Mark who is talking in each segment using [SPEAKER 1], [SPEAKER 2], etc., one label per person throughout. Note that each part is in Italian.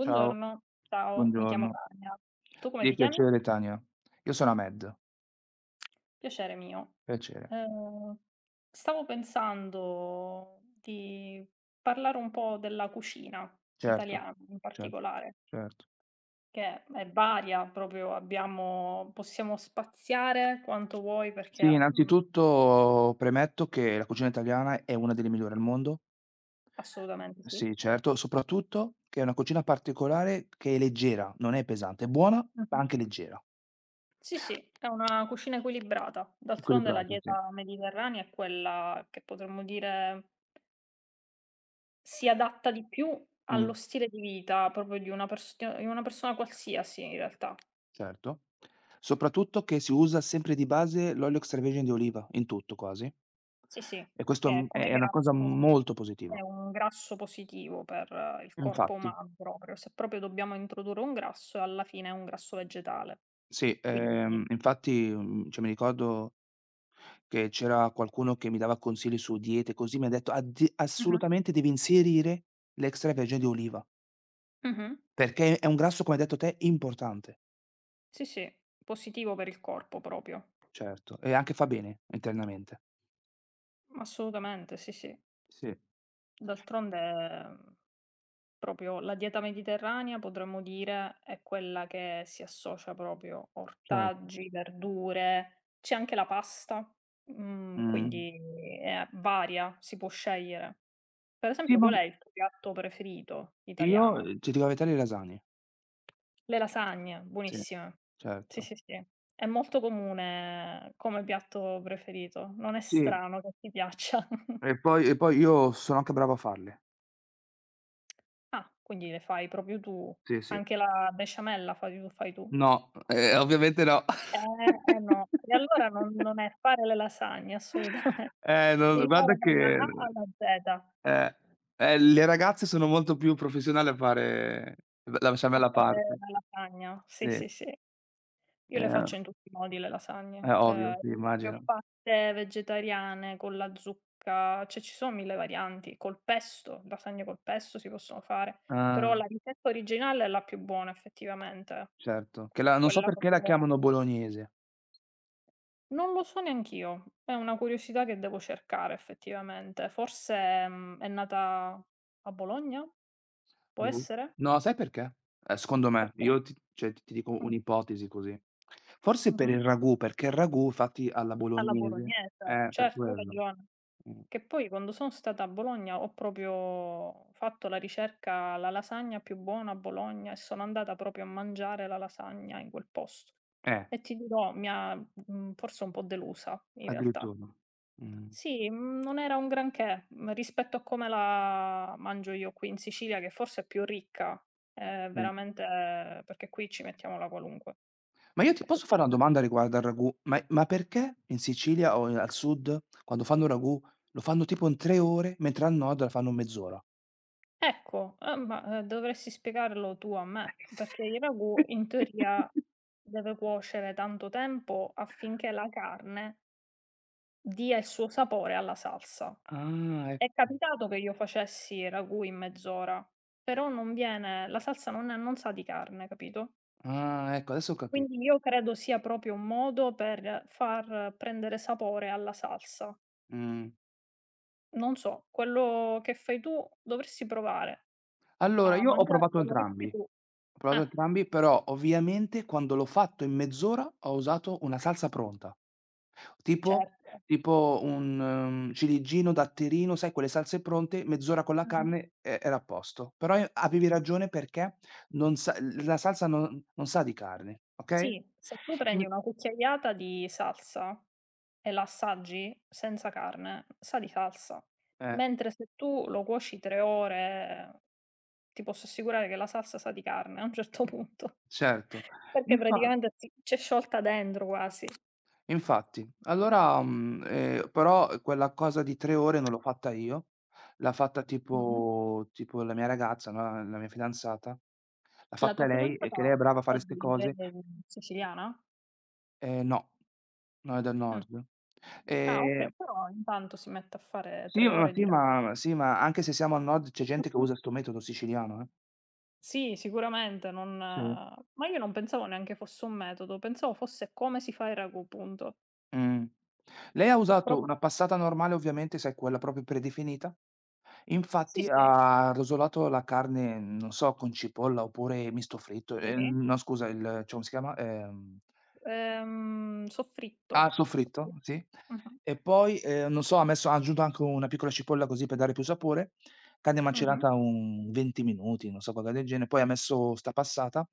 [SPEAKER 1] Ciao,
[SPEAKER 2] ciao, mi chiamo
[SPEAKER 1] buongiorno.
[SPEAKER 2] Tania. Tu come
[SPEAKER 1] Sì,
[SPEAKER 2] ti chiami?
[SPEAKER 1] piacere Tania. Io sono Ahmed,
[SPEAKER 2] Piacere mio.
[SPEAKER 1] piacere.
[SPEAKER 2] Ehm, Stavo pensando di parlare un po' della cucina
[SPEAKER 1] Certo,
[SPEAKER 2] italiana in
[SPEAKER 1] cer
[SPEAKER 2] particolare,
[SPEAKER 1] certo.
[SPEAKER 2] che è varia, proprio abbiamo, possiamo spaziare quanto vuoi
[SPEAKER 1] Sì,
[SPEAKER 2] perché
[SPEAKER 1] innanzitutto premetto che la cucina italiana è una delle migliori al mondo.
[SPEAKER 2] assolutamente sì.
[SPEAKER 1] Sì, certo, soprattutto che è una cucina particolare che è leggera, non è pesante, è buona, ma
[SPEAKER 2] Mhm.
[SPEAKER 1] anche leggera,
[SPEAKER 2] Sì, sì, è una cucina equilibrata. D'altronde la
[SPEAKER 1] equilibrata, sì.
[SPEAKER 2] dieta mediterranea è quella che potremmo dire, si adatta di più
[SPEAKER 1] Mh.
[SPEAKER 2] allo stile di vita proprio di una persio di una persona qualsiasi in realtà.
[SPEAKER 1] Certo. Soprattutto che si usa sempre di base l'olio extravergine di oliva, in tutto quasi.
[SPEAKER 2] Sì, sì,
[SPEAKER 1] E questo,
[SPEAKER 2] che
[SPEAKER 1] è
[SPEAKER 2] come
[SPEAKER 1] è una cosa
[SPEAKER 2] grasso
[SPEAKER 1] molto
[SPEAKER 2] è
[SPEAKER 1] positiva.
[SPEAKER 2] un grasso positivo per il corpo
[SPEAKER 1] Infatti,
[SPEAKER 2] umano proprio. Se proprio dobbiamo introdurre un grasso, alla fine è un grasso vegetale.
[SPEAKER 1] sì,
[SPEAKER 2] Quindi
[SPEAKER 1] infatti, cioè mi ricordo che c'era qualcuno che mi dava consigli su diete, così mi ha detto: "Addi
[SPEAKER 2] mh-mh,
[SPEAKER 1] assolutamente devi inserire l'extravergine di oliva,
[SPEAKER 2] mh-mh.
[SPEAKER 1] perché è un grasso, come hai detto te, importante."
[SPEAKER 2] Sì, sì, positivo per il corpo proprio.
[SPEAKER 1] Certo, e anche fa bene internamente.
[SPEAKER 2] Assolutamente, sì, sì.
[SPEAKER 1] Sì.
[SPEAKER 2] D'altronde proprio la dieta mediterranea potremmo dire è quella che si associa proprio
[SPEAKER 1] Cer
[SPEAKER 2] ortaggi, verdure, c'è anche la pasta,
[SPEAKER 1] mh.
[SPEAKER 2] quindi è varia, si può scegliere. Per
[SPEAKER 1] Sì,
[SPEAKER 2] esempio
[SPEAKER 1] ma
[SPEAKER 2] qual è il tuo piatto preferito
[SPEAKER 1] io,
[SPEAKER 2] italiano?
[SPEAKER 1] ti dico la verità, le lasagne.
[SPEAKER 2] Le lasagne,
[SPEAKER 1] Sì,
[SPEAKER 2] buonissime. Sì,
[SPEAKER 1] certo.
[SPEAKER 2] sì, sì. È molto comune come piatto preferito, non è
[SPEAKER 1] Sì,
[SPEAKER 2] strano che ti piaccia.
[SPEAKER 1] e poi e poi io sono anche bravo a farle.
[SPEAKER 2] Ah, quindi le fai proprio tu.
[SPEAKER 1] Sì, sì.
[SPEAKER 2] Anche la besciamella fai tu?
[SPEAKER 1] No, ovviamente no.
[SPEAKER 2] Eh no. E allora non è fare le lasagne, assolutame
[SPEAKER 1] Non
[SPEAKER 2] devi
[SPEAKER 1] guarda
[SPEAKER 2] fare
[SPEAKER 1] che
[SPEAKER 2] dalla A alla Z
[SPEAKER 1] eh, le ragazze sono molto più professionali a fare l la
[SPEAKER 2] a
[SPEAKER 1] besciamella a
[SPEAKER 2] fare
[SPEAKER 1] parte.
[SPEAKER 2] la lasagna.
[SPEAKER 1] Sì,
[SPEAKER 2] Sì, sì, sì. Io le
[SPEAKER 1] ehm,
[SPEAKER 2] faccio in tutti i modi le
[SPEAKER 1] è
[SPEAKER 2] lasagne.
[SPEAKER 1] ovvio, sì,
[SPEAKER 2] Le ho
[SPEAKER 1] immagino.
[SPEAKER 2] fatte vegetariane, con la zucca, cioè ci sono 1000 varianti. Col pesto, lasagne col pesto si possono fare,
[SPEAKER 1] Ah,
[SPEAKER 2] però la ricetta originale è la più buona effettivamente,
[SPEAKER 1] certo. Che la non so
[SPEAKER 2] quella
[SPEAKER 1] perché la
[SPEAKER 2] proprio.
[SPEAKER 1] chiamano bolognese.
[SPEAKER 2] Non lo so neanch'io, è una curiosità che devo cercare effettivamente. Forse, è nata a Bologna? Può
[SPEAKER 1] Boh.
[SPEAKER 2] essere?
[SPEAKER 1] No, sai perché? Secondo me,
[SPEAKER 2] Perché
[SPEAKER 1] io ti cioè ti dico
[SPEAKER 2] mh,
[SPEAKER 1] un'ipotesi così. Forse per
[SPEAKER 2] mh-mh.
[SPEAKER 1] il ragù, perché il ragù fatti alla
[SPEAKER 2] Alla
[SPEAKER 1] bolognese,
[SPEAKER 2] bolognese,
[SPEAKER 1] per
[SPEAKER 2] certo, hai
[SPEAKER 1] quello.
[SPEAKER 2] ragione.
[SPEAKER 1] Mh.
[SPEAKER 2] Che poi quando sono stata a Bologna ho proprio fatto la ricerca: la lasagna più buona a Bologna, e sono andata proprio a mangiare la lasagna in quel posto.
[SPEAKER 1] Eh,
[SPEAKER 2] E ti dirò, mi ha, forse un po' delusa in realtà.
[SPEAKER 1] addirittura. Mh,
[SPEAKER 2] Sì, non era un granché, rispetto a come la mangio io qui in Sicilia, che forse è più ricca,
[SPEAKER 1] sì.
[SPEAKER 2] veramente perché qui ci mettiamo la qualunque,
[SPEAKER 1] Ma io ti posso fare una
[SPEAKER 2] effettivamen
[SPEAKER 1] domanda riguardo al ragù? Ma perché in Sicilia o in al sud quando fanno il ragù lo fanno tipo in 3 ore, mentre al nord la fanno in mezz'ora?
[SPEAKER 2] ecco, ma, dovresti spiegarlo tu a me, perché il ragù in teoria deve cuocere tanto tempo affinché la carne dia il suo sapore alla salsa.
[SPEAKER 1] Ah,
[SPEAKER 2] È
[SPEAKER 1] ecco.
[SPEAKER 2] capitato che io facessi il ragù in mezz'ora, però non viene la salsa, non sa di carne, capito?
[SPEAKER 1] Ah, ecco, adesso ho capito.
[SPEAKER 2] Quindi io credo sia proprio un modo per far prendere sapore alla salsa.
[SPEAKER 1] Mh.
[SPEAKER 2] Non so, quello che fai tu dovresti provare
[SPEAKER 1] Allora,
[SPEAKER 2] a
[SPEAKER 1] io ho
[SPEAKER 2] mangiare
[SPEAKER 1] provato
[SPEAKER 2] quello che
[SPEAKER 1] entrambi,
[SPEAKER 2] fai tu.
[SPEAKER 1] ho provato
[SPEAKER 2] Ah,
[SPEAKER 1] entrambi, però ovviamente quando l'ho fatto in mezz'ora ho usato una salsa pronta, tipo
[SPEAKER 2] certo.
[SPEAKER 1] tipo un, ciliegino, datterino, sai quelle salse pronte, mezz'ora con la
[SPEAKER 2] Mh-mh.
[SPEAKER 1] carne e era a posto. Però avevi ragione perché non sa l la salsa non sa di carne, okay?
[SPEAKER 2] Sì, se tu prendi
[SPEAKER 1] In
[SPEAKER 2] una cucchiaiata di salsa e la assaggi senza carne, sa di salsa.
[SPEAKER 1] eh,
[SPEAKER 2] Mentre se tu lo cuoci 3 ore, ti posso assicurare che la salsa sa di carne a un certo punto,
[SPEAKER 1] certo.
[SPEAKER 2] perché
[SPEAKER 1] Infa
[SPEAKER 2] praticamente c'è sciolta dentro quasi.
[SPEAKER 1] Infatti. Allora, però quella cosa di 3 ore non l'ho fatta io, l'ha fatta
[SPEAKER 2] Mh-mh.
[SPEAKER 1] tipo la mia ragazza, no, la mia fidanzata, l'ha
[SPEAKER 2] La
[SPEAKER 1] fatta
[SPEAKER 2] tua
[SPEAKER 1] lei e che
[SPEAKER 2] fidanzata
[SPEAKER 1] lei è brava a
[SPEAKER 2] è
[SPEAKER 1] fare 'ste
[SPEAKER 2] di
[SPEAKER 1] cose.
[SPEAKER 2] Breve siciliana?
[SPEAKER 1] No, no, è del
[SPEAKER 2] Mh.
[SPEAKER 1] nord.
[SPEAKER 2] Ah
[SPEAKER 1] Ehm,
[SPEAKER 2] okay, però intanto si mette a fare
[SPEAKER 1] sì,
[SPEAKER 2] 3
[SPEAKER 1] ma
[SPEAKER 2] ore
[SPEAKER 1] sì,
[SPEAKER 2] di ragù.
[SPEAKER 1] ma sì, ma anche se siamo al nord c'è gente che usa 'sto metodo siciliano, eh.
[SPEAKER 2] Sì, sicuramente non
[SPEAKER 1] Sì.
[SPEAKER 2] ma io non pensavo neanche fosse un metodo, pensavo fosse come si fa il ragù, punto.
[SPEAKER 1] Mh. Lei ha
[SPEAKER 2] Che
[SPEAKER 1] usato
[SPEAKER 2] pro
[SPEAKER 1] una passata normale ovviamente, sai quella proprio predefinita.
[SPEAKER 2] sì,
[SPEAKER 1] Infatti
[SPEAKER 2] sì,
[SPEAKER 1] ha rosolato la carne, non so, con cipolla oppure misto fritto,
[SPEAKER 2] sì,
[SPEAKER 1] no scusa il cioè come si chiama?
[SPEAKER 2] soffritto,
[SPEAKER 1] Ah, soffritto,
[SPEAKER 2] soffri
[SPEAKER 1] sì,
[SPEAKER 2] mh-mh,
[SPEAKER 1] e poi, non so, ha aggiunto anche una piccola cipolla così per dare più sapore, carne
[SPEAKER 2] mh-mh,
[SPEAKER 1] macerata un 20 minuti, non so, qualcosa del genere, poi ha messo 'sta passata,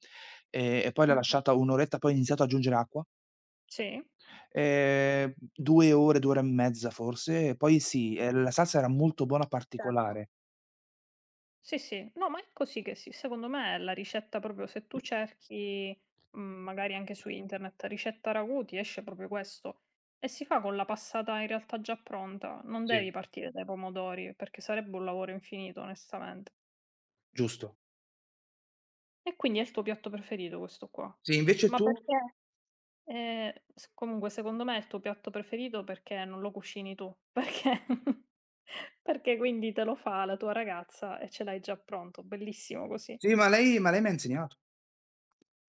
[SPEAKER 1] e poi l'ha
[SPEAKER 2] mh-mh.
[SPEAKER 1] lasciata 1 oretta, poi ha iniziato ad aggiungere acqua,
[SPEAKER 2] Sì,
[SPEAKER 1] 2 ore, 2 ore e mezza forse, e poi sì,
[SPEAKER 2] sì,
[SPEAKER 1] la salsa era molto buona,
[SPEAKER 2] certo.
[SPEAKER 1] particolare.
[SPEAKER 2] Sì, sì. No, ma è così che secondo me è la ricetta proprio, se tu cerchi, magari anche su internet, ricetta ragù, ti esce proprio questo, e si fa con la passata in realtà già pronta. Non
[SPEAKER 1] Sì,
[SPEAKER 2] devi partire dai pomodori, perché sarebbe un lavoro infinito onestamente.
[SPEAKER 1] giusto.
[SPEAKER 2] E quindi è il tuo piatto preferito questo qua.
[SPEAKER 1] Sì, invece
[SPEAKER 2] Ma
[SPEAKER 1] tu?
[SPEAKER 2] perché s comunque secondo me è il tuo piatto preferito perché non lo cucini tu, perché perché quindi te lo fa la tua ragazza e ce l'hai già pronto, bellissimo così.
[SPEAKER 1] Sì, ma lei mi ha insegnato.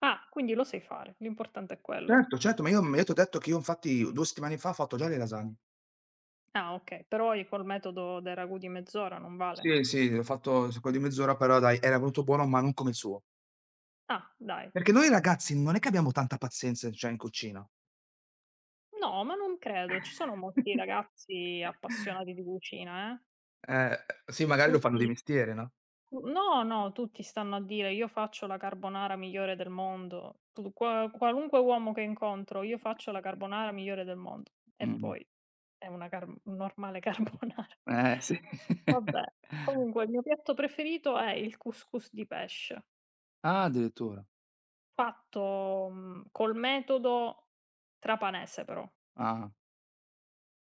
[SPEAKER 2] Ah, quindi lo sai fare, l'importante è quello.
[SPEAKER 1] Certo, certo, ma io t'ho detto che io infatti 2 settimane fa ho fatto già le lasagne.
[SPEAKER 2] Ah, okay, però i col metodo dei ragù di mezz'ora non vale?
[SPEAKER 1] Sì, sì, ho fatto s quello di mezz'ora, però dai, era venuto buono, ma non come il suo.
[SPEAKER 2] Ah, dai.
[SPEAKER 1] Perché noi ragazzi non è che abbiamo tanta pazienza, cioè in cucina.
[SPEAKER 2] No, ma non credo, ci sono molti ragazzi appassionati di cucina, eh.
[SPEAKER 1] Eh, sì, magari lo fanno di
[SPEAKER 2] Tutti
[SPEAKER 1] mestiere, no?
[SPEAKER 2] Tu no, no, tutti stanno a dire: "Io faccio la carbonara migliore del mondo". Tu qualunque uomo che incontro: "Io faccio la carbonara migliore del mondo". E
[SPEAKER 1] Mh-mh.
[SPEAKER 2] poi è una car normale carbonara.
[SPEAKER 1] Sì.
[SPEAKER 2] Vabbè, comunque il mio piatto preferito è il couscous di pesce.
[SPEAKER 1] Ah, addirittura.
[SPEAKER 2] Fatto, col metodo trapanese però.
[SPEAKER 1] Ah.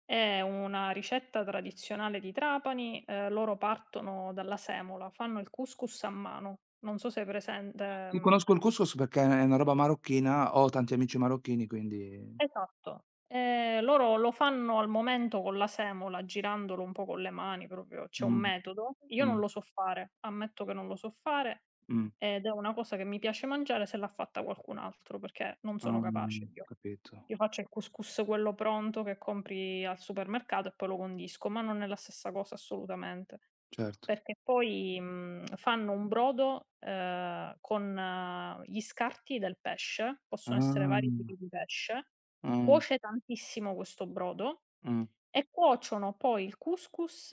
[SPEAKER 2] È una ricetta tradizionale di Trapani, loro partono dalla semola, fanno il couscous a mano. Non so se hai presente
[SPEAKER 1] Sì, conosco il couscous perché è una roba marocchina, ho tanti amici marocchini, quindi
[SPEAKER 2] esatto. Loro lo fanno al momento con la semola, girandolo un po' con le mani, proprio c'è un
[SPEAKER 1] mh,
[SPEAKER 2] metodo. Io non
[SPEAKER 1] mh,
[SPEAKER 2] lo so fare, ammetto che non lo so fare
[SPEAKER 1] mh.
[SPEAKER 2] ed è una cosa che mi piace mangiare se l'ha fatta qualcun altro, perché non sono
[SPEAKER 1] Ah,
[SPEAKER 2] capace io.
[SPEAKER 1] capito,
[SPEAKER 2] Io faccio il couscous quello pronto che compri al supermercato e poi lo condisco, ma non è la stessa cosa assolutamente.
[SPEAKER 1] certo.
[SPEAKER 2] Perché poi, fanno un brodo, con gli scarti del pesce, possono essere
[SPEAKER 1] Ah,
[SPEAKER 2] vari tipi di pesce,
[SPEAKER 1] mh,
[SPEAKER 2] cuoce tantissimo questo brodo
[SPEAKER 1] mh,
[SPEAKER 2] e cuociono poi il couscous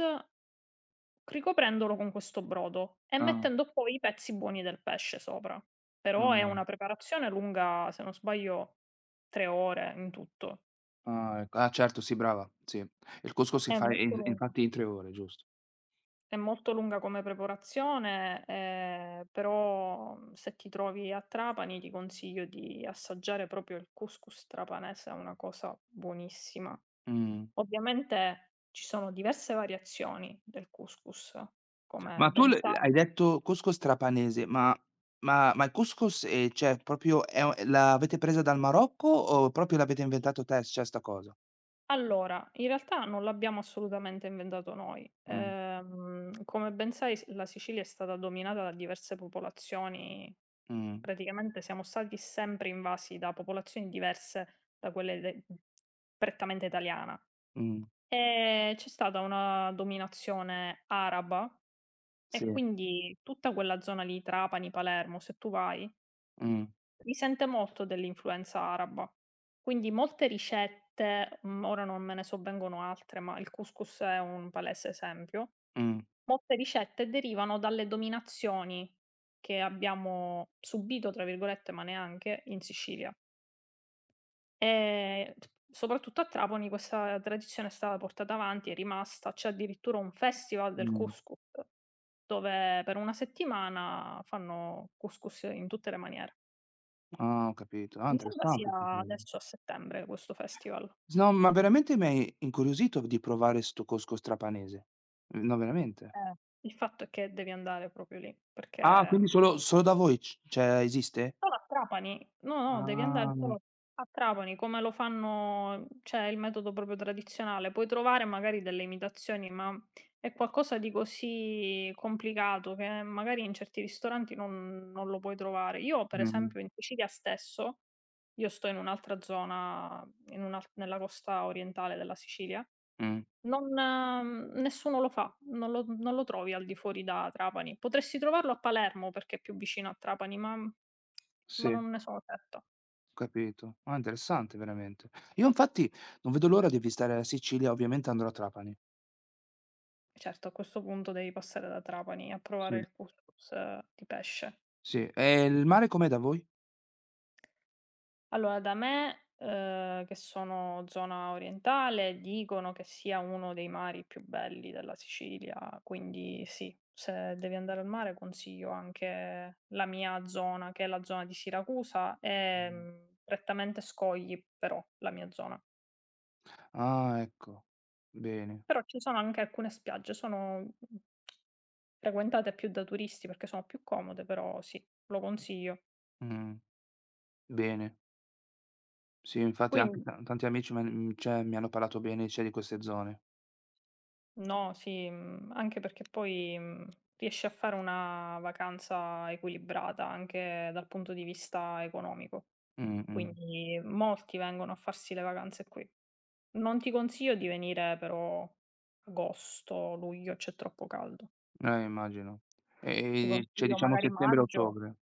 [SPEAKER 2] ricoprendolo con questo brodo e
[SPEAKER 1] ah,
[SPEAKER 2] mettendo poi i pezzi buoni del pesce sopra. Però
[SPEAKER 1] ah,
[SPEAKER 2] è una preparazione lunga, se non sbaglio, 3 ore in tutto.
[SPEAKER 1] ah, ecco. Ah, certo, sì, brava, sì. Il couscous si
[SPEAKER 2] È
[SPEAKER 1] fa e
[SPEAKER 2] molto
[SPEAKER 1] in
[SPEAKER 2] lunga.
[SPEAKER 1] infatti in 3 ore, giusto.
[SPEAKER 2] È molto lunga come preparazione, però, se ti trovi a Trapani ti consiglio di assaggiare proprio il couscous trapanese, è una cosa buonissima.
[SPEAKER 1] Mh.
[SPEAKER 2] Ovviamente ci sono diverse variazioni del couscous, come
[SPEAKER 1] Ma tu
[SPEAKER 2] ben
[SPEAKER 1] l hai
[SPEAKER 2] sai.
[SPEAKER 1] detto couscous trapanese, ma il couscous, cioè proprio è o l'avete presa dal Marocco o proprio l'avete inventato te, cioè, sta cosa?
[SPEAKER 2] Allora, in realtà non l'abbiamo assolutamente inventato noi.
[SPEAKER 1] Mh,
[SPEAKER 2] Come ben sai, la Sicilia è stata dominata da diverse popolazioni.
[SPEAKER 1] mh,
[SPEAKER 2] Praticamente siamo stati sempre invasi da popolazioni diverse da quelle prettamente italiana.
[SPEAKER 1] mh,
[SPEAKER 2] E c'è stata una dominazione araba
[SPEAKER 1] sì,
[SPEAKER 2] e quindi tutta quella zona lì, Trapani, Palermo, se tu vai,
[SPEAKER 1] mh,
[SPEAKER 2] risente molto dell'influenza araba. Quindi molte ricette, ora non me ne sovvengono altre, ma il couscous è un palese esempio,
[SPEAKER 1] mh,
[SPEAKER 2] molte ricette derivano dalle dominazioni che abbiamo "subito" tra virgolette, ma neanche, in Sicilia. T Soprattutto a Trapani questa tradizione è stata portata avanti, è rimasta, c'è addirittura un festival del
[SPEAKER 1] mh.
[SPEAKER 2] couscous, dove per una settimana fanno couscous in tutte le maniere.
[SPEAKER 1] Ah, ho capito. Ah,
[SPEAKER 2] Mi sembra
[SPEAKER 1] interessante 'sta
[SPEAKER 2] sia
[SPEAKER 1] cosa.
[SPEAKER 2] adesso a settembre questo festival.
[SPEAKER 1] No, ma veramente mi hai incuriosito di provare 'sto cosco strapanese. No, veramente.
[SPEAKER 2] Eh. Il fatto è che devi andare proprio lì,
[SPEAKER 1] Ah,
[SPEAKER 2] perché
[SPEAKER 1] quindi
[SPEAKER 2] mh.
[SPEAKER 1] solo da voi c cioè esiste?
[SPEAKER 2] Solo a Trapani, no, no, devi andare
[SPEAKER 1] Ah,
[SPEAKER 2] solo a Trapani, come lo fanno, cioè il metodo proprio tradizionale. Puoi trovare magari delle imitazioni, ma è qualcosa di così complicato che magari in certi ristoranti non lo puoi trovare. Io per
[SPEAKER 1] mh,
[SPEAKER 2] esempio in Sicilia stesso io sto in un'altra zona, in un'al nella costa orientale della Sicilia.
[SPEAKER 1] mh,
[SPEAKER 2] Non nessuno lo fa, non lo trovi al di fuori da Trapani. Potresti trovarlo a Palermo perché è più vicino a Trapani, ma
[SPEAKER 1] sì, ho
[SPEAKER 2] non ne sono certa.
[SPEAKER 1] capito. Ah, interessante veramente. Io infatti non vedo l'ora di visitare la Sicilia, ovviamente andrò a Trapani.
[SPEAKER 2] Certo, a questo punto devi passare da Trapani a
[SPEAKER 1] Sì,
[SPEAKER 2] provare il couscous di pesce.
[SPEAKER 1] sì. E il mare com'è da voi?
[SPEAKER 2] Allora, da me, che sono zona orientale, dicono che sia uno dei mari più belli della Sicilia, quindi sì, se devi andare al mare consiglio anche la mia zona, che è la zona di Siracusa, prettamente scogli però la mia zona.
[SPEAKER 1] Ah, ecco. Bene,
[SPEAKER 2] Però ci sono anche alcune spiagge, sono, frequentate più da turisti perché sono più comode, però sì, lo consiglio.
[SPEAKER 1] mh, bene. Sì, infatti anche
[SPEAKER 2] Quindi.
[SPEAKER 1] ta tanti amici cioè mi hanno parlato bene, cioè di queste zone.
[SPEAKER 2] No, sì, anche perché poi, riesci a fare una vacanza equilibrata anche dal punto di vista economico.
[SPEAKER 1] Mh-mh.
[SPEAKER 2] Quindi molti vengono a farsi le vacanze qui. Non ti consiglio di venire però agosto, luglio, c'è troppo caldo.
[SPEAKER 1] Immagino.
[SPEAKER 2] Ti
[SPEAKER 1] E cioè
[SPEAKER 2] consiglio
[SPEAKER 1] diciamo
[SPEAKER 2] magari maggio,
[SPEAKER 1] settembre-ottobre.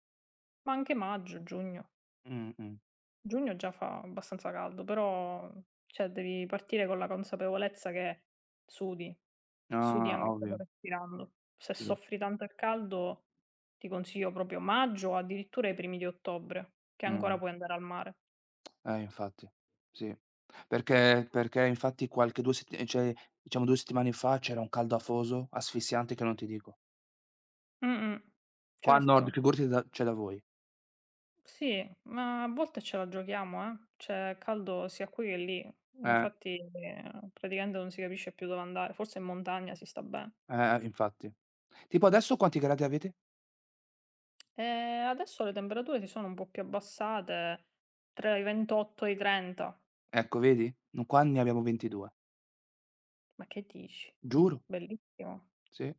[SPEAKER 2] ma anche maggio, giugno.
[SPEAKER 1] Mh-mh.
[SPEAKER 2] Giugno già fa abbastanza caldo, però cioè devi partire con la consapevolezza che sudi, sudi
[SPEAKER 1] Ah,
[SPEAKER 2] anche solo
[SPEAKER 1] ovvio,
[SPEAKER 2] respirando. Se
[SPEAKER 1] sì.
[SPEAKER 2] soffri tanto il caldo ti consiglio proprio maggio o addirittura i primi di ottobre, che ancora
[SPEAKER 1] Mh.
[SPEAKER 2] puoi andare al mare.
[SPEAKER 1] Infatti. Sì. Perché infatti qualche 2 sett ehm, cioè diciamo 2 settimane fa c'era un caldo afoso, asfissiante che non ti dico.
[SPEAKER 2] Mh-mh.
[SPEAKER 1] Qua al
[SPEAKER 2] Certo,
[SPEAKER 1] nord figurati da cioè da voi.
[SPEAKER 2] sì, ma a volte ce la giochiamo, eh. C'è caldo sia qui che lì.
[SPEAKER 1] Eh,
[SPEAKER 2] Infatti, praticamente non si capisce più dove andare, forse in montagna si sta bene.
[SPEAKER 1] eh, infatti. Tipo adesso quanti gradi avete?
[SPEAKER 2] Adesso le temperature si sono un po' più abbassate, tra i 28 e i 30.
[SPEAKER 1] Ecco vedi? No qua ne abbiamo 22.
[SPEAKER 2] Ma che dici?
[SPEAKER 1] Giuro,
[SPEAKER 2] Bellissimo.
[SPEAKER 1] sì.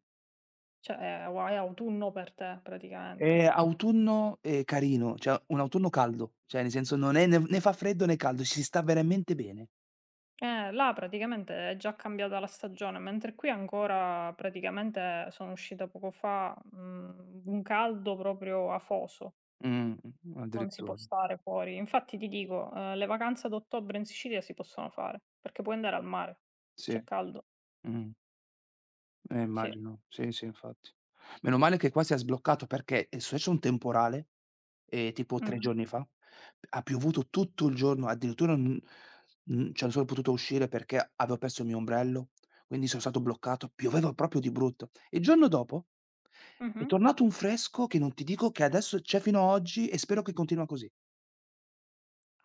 [SPEAKER 2] Cioè è autunno per te praticamente.
[SPEAKER 1] Autunno, carino, cioè un autunno caldo, cioè nel senso non è né fa freddo né caldo, ci si sta veramente bene.
[SPEAKER 2] Là praticamente è già cambiata la stagione, mentre qui ancora praticamente sono uscita poco fa, un caldo proprio afoso.
[SPEAKER 1] Mh,
[SPEAKER 2] Non si può
[SPEAKER 1] addirittura.
[SPEAKER 2] stare fuori. Infatti ti dico, le vacanze ad ottobre in Sicilia si possono fare, perché puoi andare al mare.
[SPEAKER 1] Sì.
[SPEAKER 2] C'è caldo.
[SPEAKER 1] Mh.
[SPEAKER 2] Sì.
[SPEAKER 1] Immagino. Sì, sì, infatti. Meno male che qua si è sbloccato perché è successo un temporale, tipo 3
[SPEAKER 2] Mh-mh.
[SPEAKER 1] giorni fa, ha piovuto tutto il giorno, addirittura n n cioè non sono potuto uscire perché avevo perso il mio ombrello, quindi sono stato bloccato, pioveva proprio di brutto. Il giorno dopo è
[SPEAKER 2] Mh-mh.
[SPEAKER 1] tornato un fresco che non ti dico che adesso c'è fino a oggi e spero che continua così.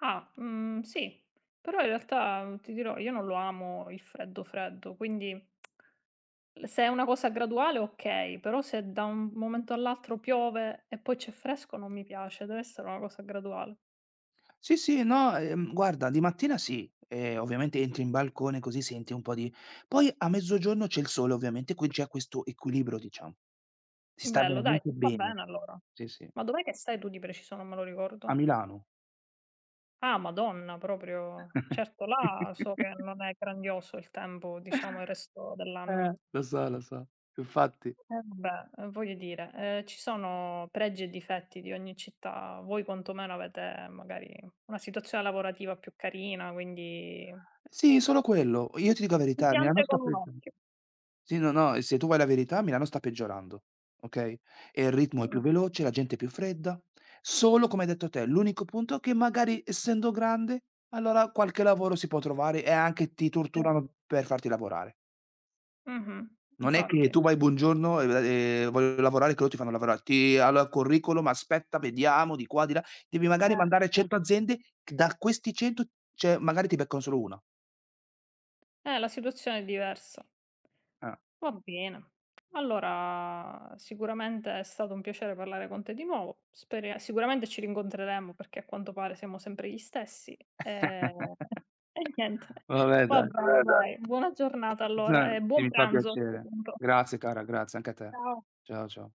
[SPEAKER 2] Ah, sì. Però in realtà ti dirò, io non lo amo il freddo freddo, quindi se è una cosa graduale okay, però se da un momento all'altro piove e poi c'è fresco non mi piace, deve essere una cosa graduale.
[SPEAKER 1] Sì, sì, no, guarda di mattina sì, ovviamente entri in balcone così senti un po' di poi a mezzogiorno c'è il sole ovviamente, qui c'è questo equilibrio diciamo. Si sta
[SPEAKER 2] Bello dai,
[SPEAKER 1] veramente
[SPEAKER 2] ti fa
[SPEAKER 1] bene.
[SPEAKER 2] bene allora.
[SPEAKER 1] Sì, sì,
[SPEAKER 2] Ma dov'è che stai tu di preciso? Non me lo
[SPEAKER 1] a
[SPEAKER 2] ricordo.
[SPEAKER 1] Milano.
[SPEAKER 2] Ah, Madonna proprio. Certo là so che non è grandioso il tempo, diciamo il resto dell'anno.
[SPEAKER 1] Eh, infatti.
[SPEAKER 2] Eh vabbè, voglio dire, ci sono pregi e difetti di ogni città. Voi quantomeno avete magari una situazione lavorativa più carina, quindi
[SPEAKER 1] Sì, solo quello. Io ti dico la
[SPEAKER 2] si
[SPEAKER 1] verità, a Milano
[SPEAKER 2] piange
[SPEAKER 1] sta
[SPEAKER 2] con un
[SPEAKER 1] peggio.
[SPEAKER 2] occhio.
[SPEAKER 1] Sì, no, no, e se tu vuoi la verità Milano sta peggiorando, okay, e il ritmo è più
[SPEAKER 2] Mh-mh,
[SPEAKER 1] veloce, la gente è più fredda, solo come hai detto te, l'unico punto che magari essendo grande, allora qualche lavoro si può trovare e anche ti
[SPEAKER 2] sì.
[SPEAKER 1] torturano per farti lavorare.
[SPEAKER 2] Mh-mh,
[SPEAKER 1] Non è che
[SPEAKER 2] infatti.
[SPEAKER 1] tu vai: "Buongiorno, voglio lavorare", che loro ti fanno lavorare. Ti allora curriculum, aspetta, vediamo, di qua, di là. Devi
[SPEAKER 2] Eh,
[SPEAKER 1] magari mandare
[SPEAKER 2] eh.
[SPEAKER 1] 100 aziende, c da questi 100, cioè magari ti beccano solo 1.
[SPEAKER 2] La situazione è diversa.
[SPEAKER 1] Eh.
[SPEAKER 2] Va bene. Allora, sicuramente è stato un piacere parlare con te di nuovo. Spere Sicuramente ci rincontreremo perché a quanto pare siamo sempre gli stessi. Ehm, e niente.
[SPEAKER 1] Vabbè
[SPEAKER 2] Va
[SPEAKER 1] dai.
[SPEAKER 2] bene, eh, dai. Dai. Buona giornata allora e
[SPEAKER 1] che
[SPEAKER 2] buon
[SPEAKER 1] mi fa
[SPEAKER 2] pranzo a 'sto
[SPEAKER 1] piacere.
[SPEAKER 2] punto.
[SPEAKER 1] Grazie cara, grazie anche a te.
[SPEAKER 2] Ciao.
[SPEAKER 1] Ciao, ciao.